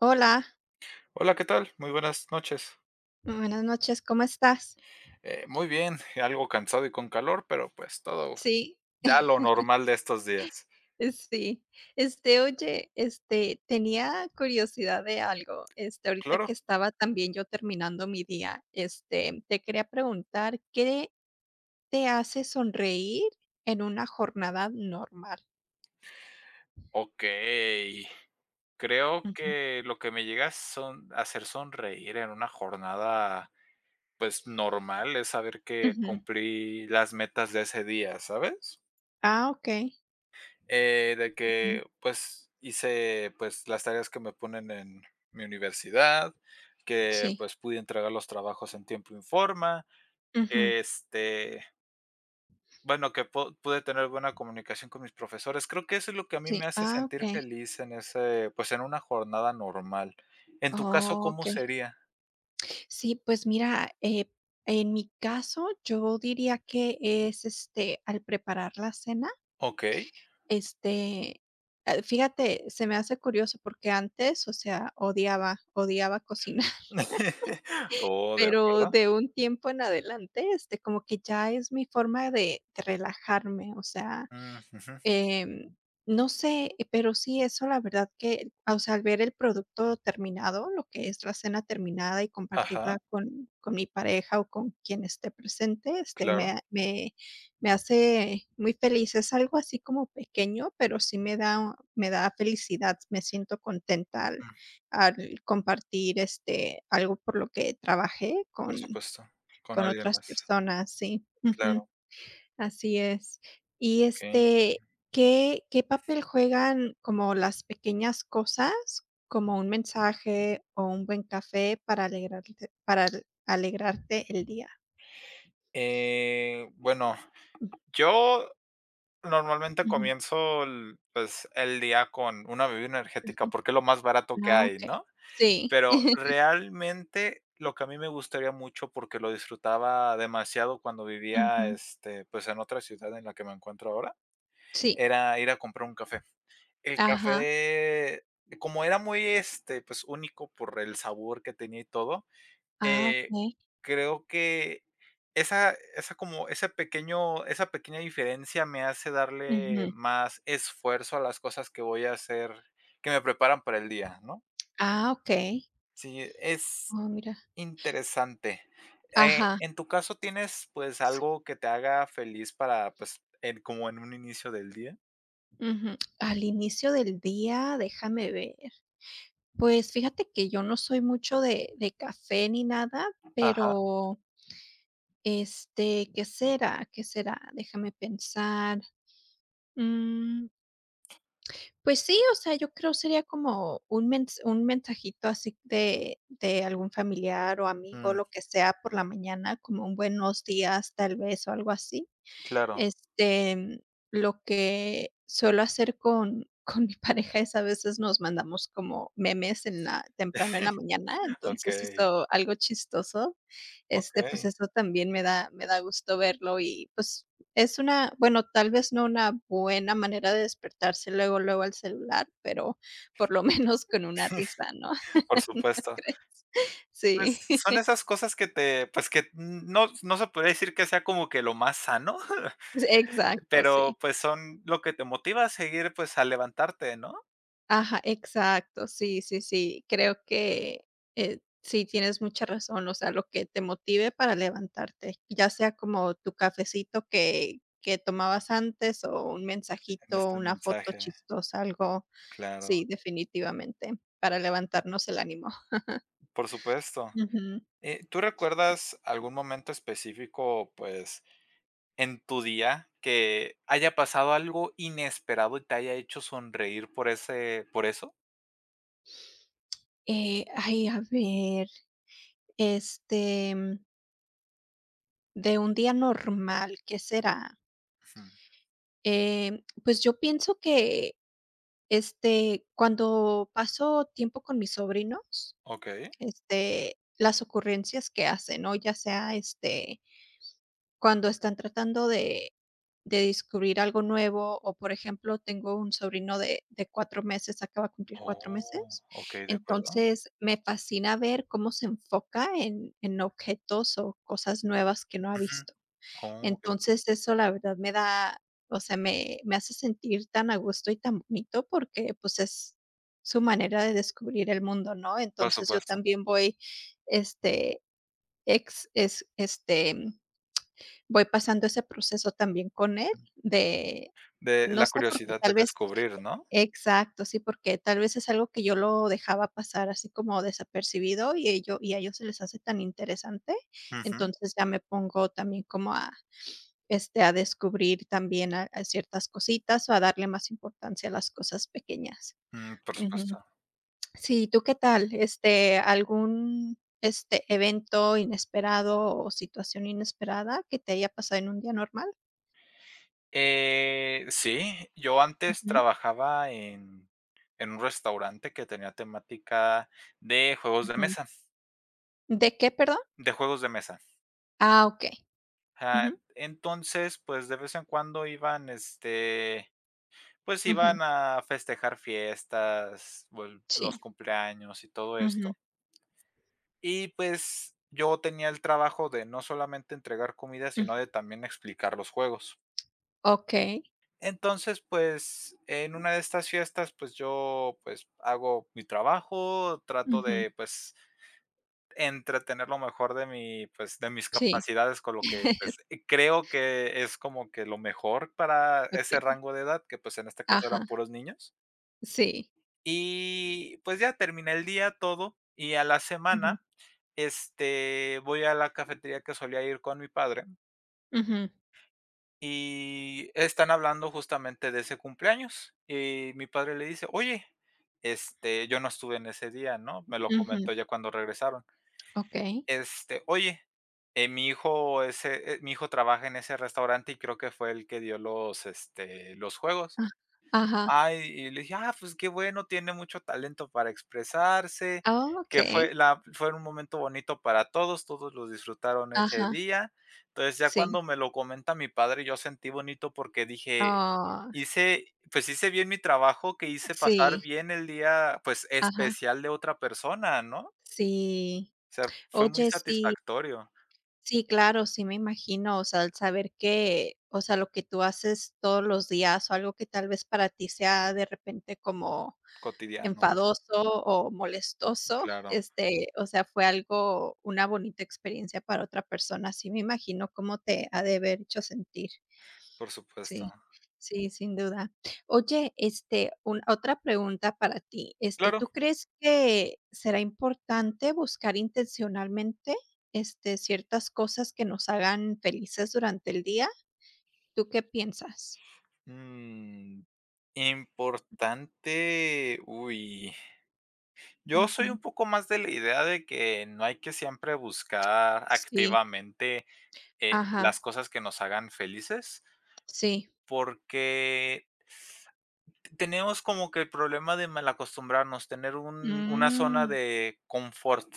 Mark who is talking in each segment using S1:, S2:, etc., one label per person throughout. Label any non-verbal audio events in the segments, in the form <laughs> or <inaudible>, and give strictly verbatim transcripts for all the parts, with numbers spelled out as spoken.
S1: Hola,
S2: Hola, ¿qué tal? Muy buenas noches.
S1: buenas noches, ¿cómo estás?
S2: Eh, muy bien, <laughs> algo cansado y con calor, pero pues todo
S1: Sí,
S2: ya lo normal de estos días.
S1: eh, sí. Este, oye, este, tenía curiosidad de algo. Este, ahorita
S2: Claro.
S1: que estaba también yo terminando mi día, este, te quería preguntar, ¿qué te hace sonreír en una jornada normal?
S2: Okey. Creo
S1: Ujú,
S2: que lo que me llega a son hacer sonreír en una jornada, pues, normal, es saber que
S1: ujú.
S2: cumplí las metas de ese día, ¿sabes?
S1: Ah, okey.
S2: Eh, de
S1: Ujú.
S2: que, pues, hice, pues, las tareas que me ponen en mi universidad, que,
S1: Sí.
S2: pues, pude entregar los trabajos en tiempo y forma.
S1: Ujú.
S2: Este, bueno, que pu pude tener buena comunicación con mis profesores. Creo que eso es lo que a mí
S1: Sí.
S2: me hace
S1: Ah,
S2: sentir
S1: okey.
S2: feliz en ese, pues, en una jornada normal. En tu caso, ¿cómo
S1: Okey.
S2: sería?
S1: Sí, pues mira, eh, en mi caso, yo diría que es, este, al preparar la cena.
S2: Okey.
S1: este, eh, Fíjate, se me hace curioso porque antes, o sea, odiaba, odiaba cocinar.
S2: <laughs>
S1: <laughs>
S2: Oh, de
S1: Pero
S2: acuerdo.
S1: de un tiempo en adelante, este, como que ya es mi forma de de relajarme, o sea,
S2: Mm, ujú.
S1: Em, no sé, pero sí, eso la verdad que, o sea, al ver el producto terminado, lo que es la cena terminada y compartirla
S2: Ajá,
S1: con con mi pareja o con quien esté presente, este,
S2: claro.
S1: me me me hace muy feliz. Es algo así como pequeño, pero sí me da me da felicidad, me siento contenta al
S2: Mm,
S1: al compartir, este, algo por lo que trabajé
S2: por
S1: con
S2: supuesto, con
S1: con
S2: alguien
S1: otras
S2: más.
S1: personas, sí. Ujú.
S2: Claro,
S1: Así es. Y,
S2: okey.
S1: este, ¿qué qué papel juegan como las pequeñas cosas, como un mensaje o un buen café para alegrarte para al alegrarte el día?
S2: Eh, bueno,
S1: Ujú,
S2: yo normalmente
S1: ujú.
S2: comienzo el, pues, el día con una bebida energética, porque es lo más barato que
S1: Ah,
S2: hay,
S1: okey.
S2: ¿no?
S1: Sí.
S2: Pero realmente lo que a mí me gustaría mucho, porque lo disfrutaba demasiado cuando vivía,
S1: Ujú.
S2: este, pues, en otra ciudad en la que me encuentro ahora,
S1: Sí.
S2: era ir a comprar un café. El
S1: Ajá.
S2: café, como era muy, este, pues, único por el sabor que tenía y todo,
S1: Ah,
S2: eh,
S1: okey.
S2: creo que esa esa como ese pequeño esa pequeña diferencia me hace darle
S1: Ujú.
S2: más esfuerzo a las cosas que voy a hacer, que me preparan para el día, ¿no?
S1: Ah, okey.
S2: Sí, es
S1: Oh, mira.
S2: interesante. Eh,
S1: Ajá.
S2: en tu caso, ¿tienes, pues,
S1: Sí.
S2: algo que te haga feliz para, pues, en como en un inicio del día?
S1: Ujú. Al inicio del día, déjame ver. Pues fíjate que yo no soy mucho de de café ni nada,
S2: Ajá.
S1: pero, este, ¿qué será? ¿Qué será? Déjame pensar. Mm, pues sí, o sea, yo creo sería como un mens un mensajito así de de algún familiar o amigo,
S2: Mm,
S1: lo que sea por la mañana, como un buenos días, tal vez, o algo así.
S2: claro.
S1: Este, mm, lo que suelo hacer con <laughs> con mi pareja es a veces nos mandamos como memes en la temprano en la mañana,
S2: <laughs>
S1: entonces
S2: Okey,
S1: eso algo chistoso, este, pues,
S2: okey,
S1: eso también me da me da gusto verlo y, pues, es una bueno, tal vez no una buena manera de despertarse luego, luego al celular, pero por lo <laughs> menos con una risa, ¿no?
S2: por
S1: <laughs> ¿No
S2: supuesto.
S1: crees? Sí,
S2: Pues, son
S1: <laughs>
S2: esas cosas que te, pues, que no no se puede decir que sea como que lo más sano, <laughs>
S1: exacto, sí.
S2: pero, pues, son lo que te motiva a seguir, pues, a levantarte, ¿no?
S1: Ajá, exacto. Sí, sí, sí. Creo que, eh, sí tienes mucha razón, o sea, lo que te motive para levantarte, ya sea como tu cafecito que que tomabas antes o un
S2: En
S1: mensajito,
S2: este
S1: una foto
S2: mensaje,
S1: chistosa, algo.
S2: claro,
S1: Sí, definitivamente, para levantarnos el ánimo.
S2: por supuesto.
S1: Ujú.
S2: Eh, ¿tú recuerdas algún momento específico, pues, en tu día que haya pasado algo inesperado y te haya hecho sonreír por ese por eso?
S1: Eh, ay, a ver, este, mm, de un día normal, ¿qué será?
S2: Ujú.
S1: Eh, pues yo pienso que Este, cuando paso tiempo con mis sobrinos,
S2: Okey.
S1: este, las ocurrencias que hacen, ¿no? Ya sea, este, cuando están tratando de de descubrir algo nuevo, o, por ejemplo, tengo un sobrino de de cuatro meses, acaba de cumplir cuatro
S2: Oh,
S1: meses.
S2: okey, de acuerdo.
S1: Entonces, me fascina ver cómo se enfoca en en objetos o cosas nuevas que no ha
S2: Ujú.
S1: visto.
S2: Oh, okey.
S1: Entonces, eso la verdad me da, o sea, me me hace sentir tan a gusto y tan bonito porque, pues, es su manera de descubrir el mundo, ¿no?
S2: Por
S1: Entonces, yo
S2: supuesto.
S1: también voy, este, ex es este, voy pasando ese proceso también con él de,
S2: De
S1: no
S2: la
S1: sé, porque
S2: curiosidad
S1: tal
S2: de
S1: vez
S2: descubrir, ¿no?
S1: exacto, sí, porque tal vez es algo que yo lo dejaba pasar así como desapercibido y ello y a ellos se les hace tan interesante,
S2: Ujú.
S1: entonces ya me pongo también como a este, a descubrir también a a ciertas cositas, o a darle más importancia a las cosas pequeñas.
S2: Mm, por
S1: Ujú.
S2: supuesto.
S1: Sí, ¿tú qué tal? Este, ¿algún, este, evento inesperado o situación inesperada que te haya pasado en un día normal?
S2: Eh, sí, yo antes
S1: Ujú,
S2: trabajaba en en un restaurante que tenía temática de juegos de
S1: ujú.
S2: mesa.
S1: ¿De qué, perdón?
S2: De juegos de mesa.
S1: Ah, okey.
S2: Ajá,
S1: Ujú,
S2: entonces, pues, de vez en cuando iban, este Pues
S1: ujú.
S2: iban a festejar fiestas, vol los
S1: Sí.
S2: cumpleaños y todo
S1: Ujú,
S2: esto. Y, pues, yo tenía el trabajo de no solamente entregar comida,
S1: ujú.
S2: sino de también explicar los juegos.
S1: Okey.
S2: Entonces, pues, en una de estas fiestas, pues, yo, pues, hago mi trabajo, trato
S1: Ujú.
S2: de, pues, entretener lo mejor de mi, pues, de mis
S1: Sí.
S2: capacidades con lo que, pues,
S1: <laughs>
S2: eh, creo que es como que lo mejor para ese
S1: Okey.
S2: rango de edad, que, pues, en este caso
S1: Ajá.
S2: eran puros niños.
S1: Sí.
S2: Y pues ya terminé el día, todo, y a la
S1: Ujú,
S2: semana, este, voy a la cafetería que solía ir con mi padre
S1: ujú,
S2: y están hablando justamente de ese cumpleaños. Y mi padre le dice: "Oye, este, yo no estuve en ese día", ¿no? Me lo
S1: ujú.
S2: comentó ya cuando regresaron.
S1: Okey.
S2: Este: "Oye, eh, mi hijo ese, eh, mi hijo trabaja en ese restaurante y creo que fue el que dio los, este, los juegos".
S1: Ah, ajá.
S2: Ay, y le dije: "Ah, pues qué bueno, tiene mucho talento para expresarse",
S1: Ah,
S2: que fue
S1: okey.
S2: la fue un momento bonito para todos, todos los disfrutaron ese
S1: Ajá,
S2: día. Entonces, ya cuando
S1: sí.
S2: me lo comenta mi padre, yo sentí bonito porque dije:
S1: Ah,
S2: "Hice, pues hice bien mi trabajo, que hice pasar
S1: sí,
S2: bien el día, pues,
S1: ajá,
S2: especial de otra persona", ¿no?
S1: sí.
S2: O sea, fue muy
S1: Oye, sí,
S2: satisfactorio,
S1: sí, claro, sí me imagino, o sea, al saber que, o sea, lo que tú haces todos los días o algo que tal vez para ti sea de repente como
S2: cotidiano,
S1: enfadoso o molestoso,
S2: claro,
S1: este, o sea, fue algo una bonita experiencia para otra persona. Sí me imagino cómo te ha de haber hecho sentir.
S2: por
S1: Sí,
S2: supuesto.
S1: sí, sin duda. Oye, este, un otra pregunta para ti, este, ¿tú
S2: Claro,
S1: crees que será importante buscar intencionalmente, este, ciertas cosas que nos hagan felices durante el día? ¿Tú qué piensas?
S2: mm, importante, uy. Yo soy
S1: Ujú.
S2: un poco más de la idea de que no hay que siempre buscar
S1: Sí,
S2: activamente, eh, las
S1: ajá,
S2: cosas que nos hagan felices,
S1: sí.
S2: porque tenemos como que el problema de malacostumbrarnos, tener un una zona
S1: Mm,
S2: de confort.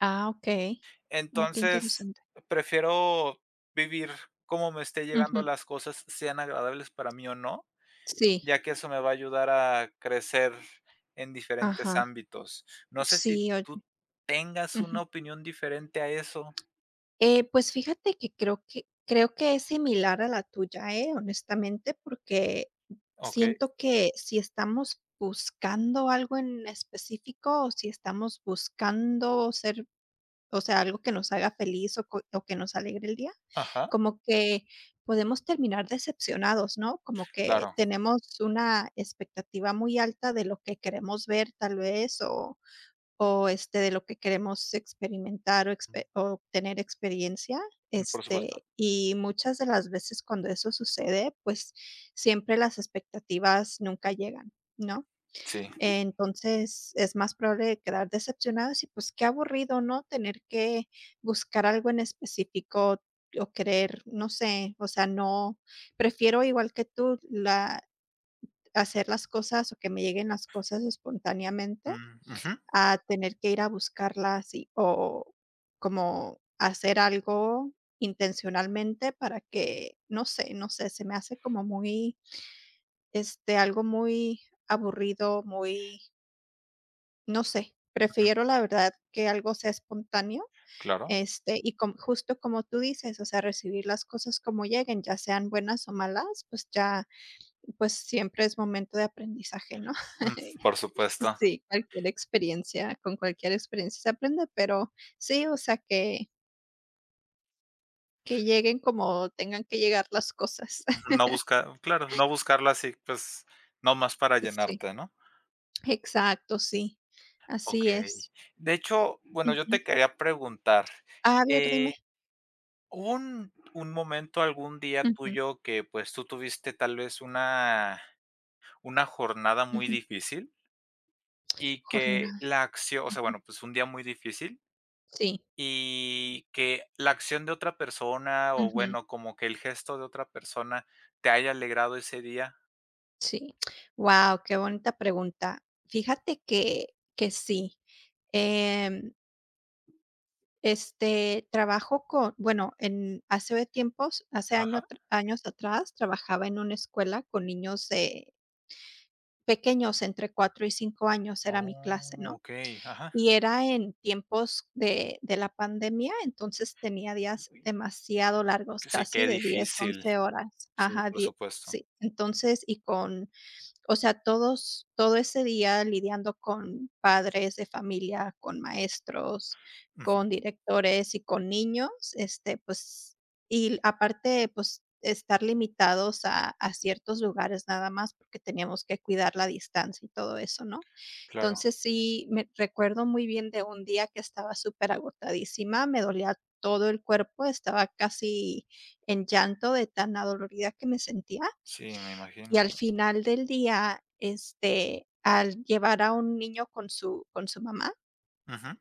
S1: ah, okey. Oh, qué
S2: Entonces,
S1: interesante.
S2: prefiero vivir como me esté llegando
S1: Ujú.
S2: las cosas, sean agradables para mí o no,
S1: Sí,
S2: ya que eso me va a ayudar a crecer en diferentes
S1: ajá.
S2: ámbitos. No sé si
S1: Sí, oye.
S2: tú tengas
S1: Ujú.
S2: una opinión diferente a eso.
S1: Eh, pues fíjate que creo que creo que es similar a la tuya, ¿eh? Honestamente, porque
S2: Okey,
S1: siento que si estamos buscando algo en específico, o si estamos buscando ser, o sea, algo que nos haga feliz o, co- o que nos alegre el día,
S2: ajá,
S1: como que podemos terminar decepcionados, ¿no? Como que
S2: claro,
S1: tenemos una expectativa muy alta de lo que queremos ver, tal vez, o este, de lo que queremos experimentar o, expe- o tener experiencia.
S2: mm, por supuesto.
S1: Este, y muchas de las veces cuando eso sucede, pues siempre las expectativas nunca llegan, ¿no?
S2: Sí,
S1: Entonces es más probable quedar decepcionados y pues qué aburrido, ¿no? Tener que buscar algo en específico o querer, no sé, o sea, no, prefiero igual que tú la, hacer las cosas o que me lleguen las cosas espontáneamente
S2: mm, ujú,
S1: a tener que ir a buscarlas y o como hacer algo intencionalmente para que, no sé no sé, se me hace como muy, este, algo muy aburrido, muy, no sé,
S2: ujú,
S1: prefiero la verdad que algo sea espontáneo,
S2: claro,
S1: este, y com justo como tú dices, o sea, recibir las cosas como lleguen, ya sean buenas o malas, pues ya, pues siempre es momento de aprendizaje, ¿no?
S2: mm,
S1: <laughs>
S2: por supuesto.
S1: Sí, cualquier experiencia, con cualquier experiencia se aprende, pero sí, o sea, que que lleguen como tengan que llegar las cosas.
S2: Ujú,
S1: <laughs>
S2: no buscar claro, no buscarla así, pues, no más para
S1: Sí,
S2: llenarte, ¿no?
S1: exacto, sí, así
S2: Okey.
S1: es.
S2: De hecho, bueno, yo
S1: Ujú.
S2: te quería preguntar,
S1: A ver, dime.
S2: eh, ¿hubo un un momento, algún día
S1: Ujú,
S2: tuyo que, pues, tú tuviste tal vez una una jornada muy
S1: ujú.
S2: difícil y que
S1: Jornada,
S2: la acción, o sea,
S1: ujú.
S2: bueno, pues un día muy difícil
S1: Sí,
S2: y que la acción de otra persona o
S1: ujú,
S2: bueno, como que el gesto de otra persona te haya alegrado ese día?
S1: sí. Wow, qué bonita pregunta. Fíjate que que sí. Em Este, trabajo con bueno, en hace tiempos, hace año
S2: Ajá.
S1: atr años atrás, trabajaba en una escuela con niños, eh, pequeños, entre cuatro y cinco años era mi clase,
S2: Oh,
S1: ¿no?
S2: okey, ajá.
S1: Y era en tiempos de de la pandemia, entonces tenía días
S2: Uy,
S1: demasiado largos,
S2: sí,
S1: casi
S2: qué
S1: de diez,
S2: difícil.
S1: once horas.
S2: Sí,
S1: Ajá,
S2: por
S1: die
S2: supuesto.
S1: sí. Entonces, y con, o sea, todos todo ese día lidiando con padres de familia, con maestros,
S2: Ujú,
S1: con directores y con niños, este, pues, y aparte, pues, estar limitados a a ciertos lugares nada más, porque teníamos que cuidar la distancia y todo eso, ¿no?
S2: claro.
S1: Entonces, sí, me recuerdo muy bien de un día que estaba superagotadísima, me dolía todo el cuerpo, estaba casi en llanto de tan adolorida que me sentía.
S2: Sí, me imagino.
S1: Y al final del día, este, al llevar a un niño con su con su mamá,
S2: Ujú.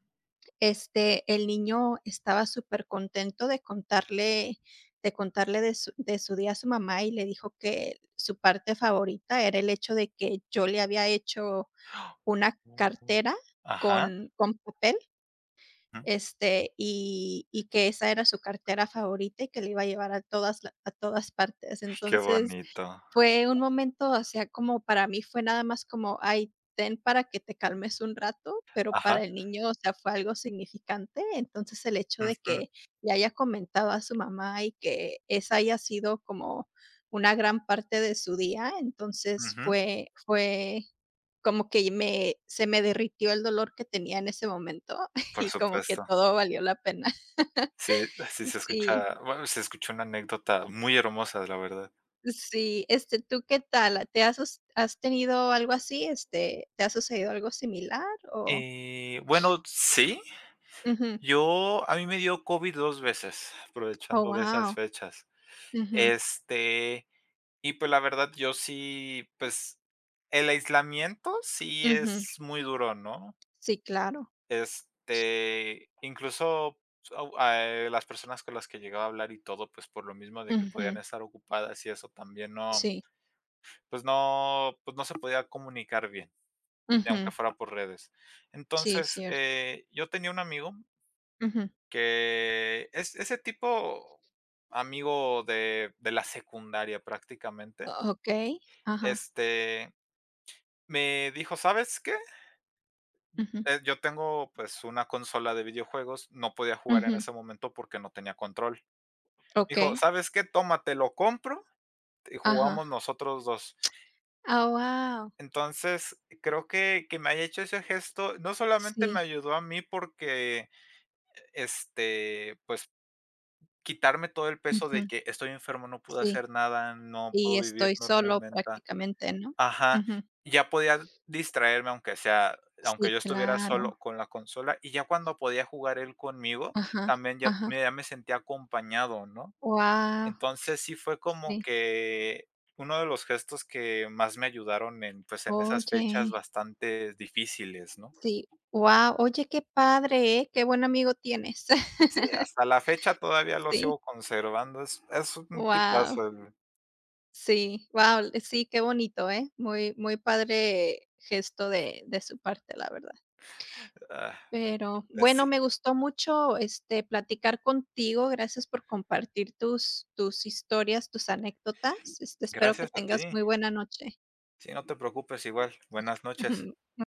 S1: este, el niño estaba supercontento de contarle de contarle de su de su día a su mamá, y le dijo que su parte favorita era el hecho de que yo le había hecho una
S2: Mm.
S1: cartera
S2: Ajá,
S1: con con papel,
S2: ujú.
S1: este, y y que esa era su cartera favorita y que le iba a llevar a todas la a todas partes.
S2: Qué
S1: Entonces
S2: bonito.
S1: fue un momento, o sea, como para mí fue nada más como: "Ay, ten para que te calmes un rato", pero
S2: Ajá.
S1: para el niño, o sea, fue algo significante. Entonces, el hecho de
S2: Ujú,
S1: que le haya comentado a su mamá y que esa haya sido como una gran parte de su día, entonces
S2: ujú.
S1: fue fue como que me se me derritió el dolor que tenía en ese momento <laughs>
S2: Por
S1: y como que
S2: supuesto.
S1: todo valió la pena.
S2: Sí, sí
S1: <laughs>
S2: se
S1: Sí.
S2: escucha, bueno, se escuchó una anécdota muy hermosa, la verdad.
S1: Sí, este, ¿tú qué tal? ¿Te has sus has tenido algo así? Este, ¿te ha sucedido algo similar o?
S2: Eh, bueno, sí,
S1: Ujú.
S2: yo a mí me dio COVID dos veces,
S1: Oh,
S2: aprovechando de esas
S1: guau.
S2: fechas.
S1: Ujú,
S2: Este, y pues la verdad yo sí, pues el aislamiento sí
S1: ujú.
S2: es muy duro, ¿no?
S1: Sí, claro. Sí.
S2: Este, incluso au- a, eh, las personas con las que llegaba a hablar y todo, pues por lo mismo de que podían
S1: Ujú,
S2: estar ocupadas y eso también no,
S1: sí,
S2: pues no, pues no se podía comunicar bien. Aunque
S1: ujú,
S2: fuera por redes.
S1: sí,
S2: Entonces,
S1: cierto.
S2: eh, yo tenía un amigo
S1: Ujú.
S2: que es ese tipo amigo de de la secundaria
S1: O
S2: prácticamente,
S1: okey, ajá.
S2: este, me dijo: "¿Sabes qué?".
S1: Ujú,
S2: Eh, yo tengo, pues, una consola de videojuegos, no podía jugar en
S1: ujú,
S2: ese momento porque no tenía control. Dijo:
S1: okey,
S2: "¿Sabes qué? Tómate, lo compro y
S1: ajá.
S2: jugamos nosotros dos".
S1: Ah, wow,
S2: Entonces, creo que que me haya hecho ese gesto, no solamente me
S1: sí,
S2: ayudó a mí porque, este, pues quitarme todo el peso
S1: ujú,
S2: de que estoy enfermo, no puedo
S1: sí.
S2: hacer nada, no puedo
S1: Y
S2: vivir
S1: estoy solo
S2: normalmente.
S1: prácticamente, ¿no?
S2: Ajá,
S1: Ujú.
S2: ya podía distraerme, aunque sea aunque
S1: Sí,
S2: yo estuviera solo
S1: claro.
S2: con la consola, y ya cuando podía jugar él conmigo,
S1: Ajá,
S2: también ya
S1: ajá.
S2: me ya me sentía acompañado, ¿no?
S1: Wow,
S2: Entonces, sí fue como
S1: sí.
S2: que uno de los gestos que más me ayudaron en, pues, en esas fechas
S1: Oye,
S2: bastante difíciles, ¿no?
S1: sí, wow. Oye, qué padre, ¿eh? Qué buen amigo tienes.
S2: Sí,
S1: <laughs>
S2: hasta la fecha todavía lo
S1: Sí,
S2: sigo conservando, es es un
S1: wow.
S2: tipazo. El
S1: Sí, wow. Sí, qué bonito, ¿eh? Muy muy padre gesto de de su parte, la verdad.
S2: ah,
S1: Pero,
S2: es
S1: bueno, me gustó mucho, este, platicar contigo. Gracias por compartir tus tus historias, tus anécdotas. Este, espero que
S2: Gracias a
S1: tengas
S2: ti.
S1: muy buena noche.
S2: Sí, no te preocupes, igual. Buenas noches.
S1: <laughs>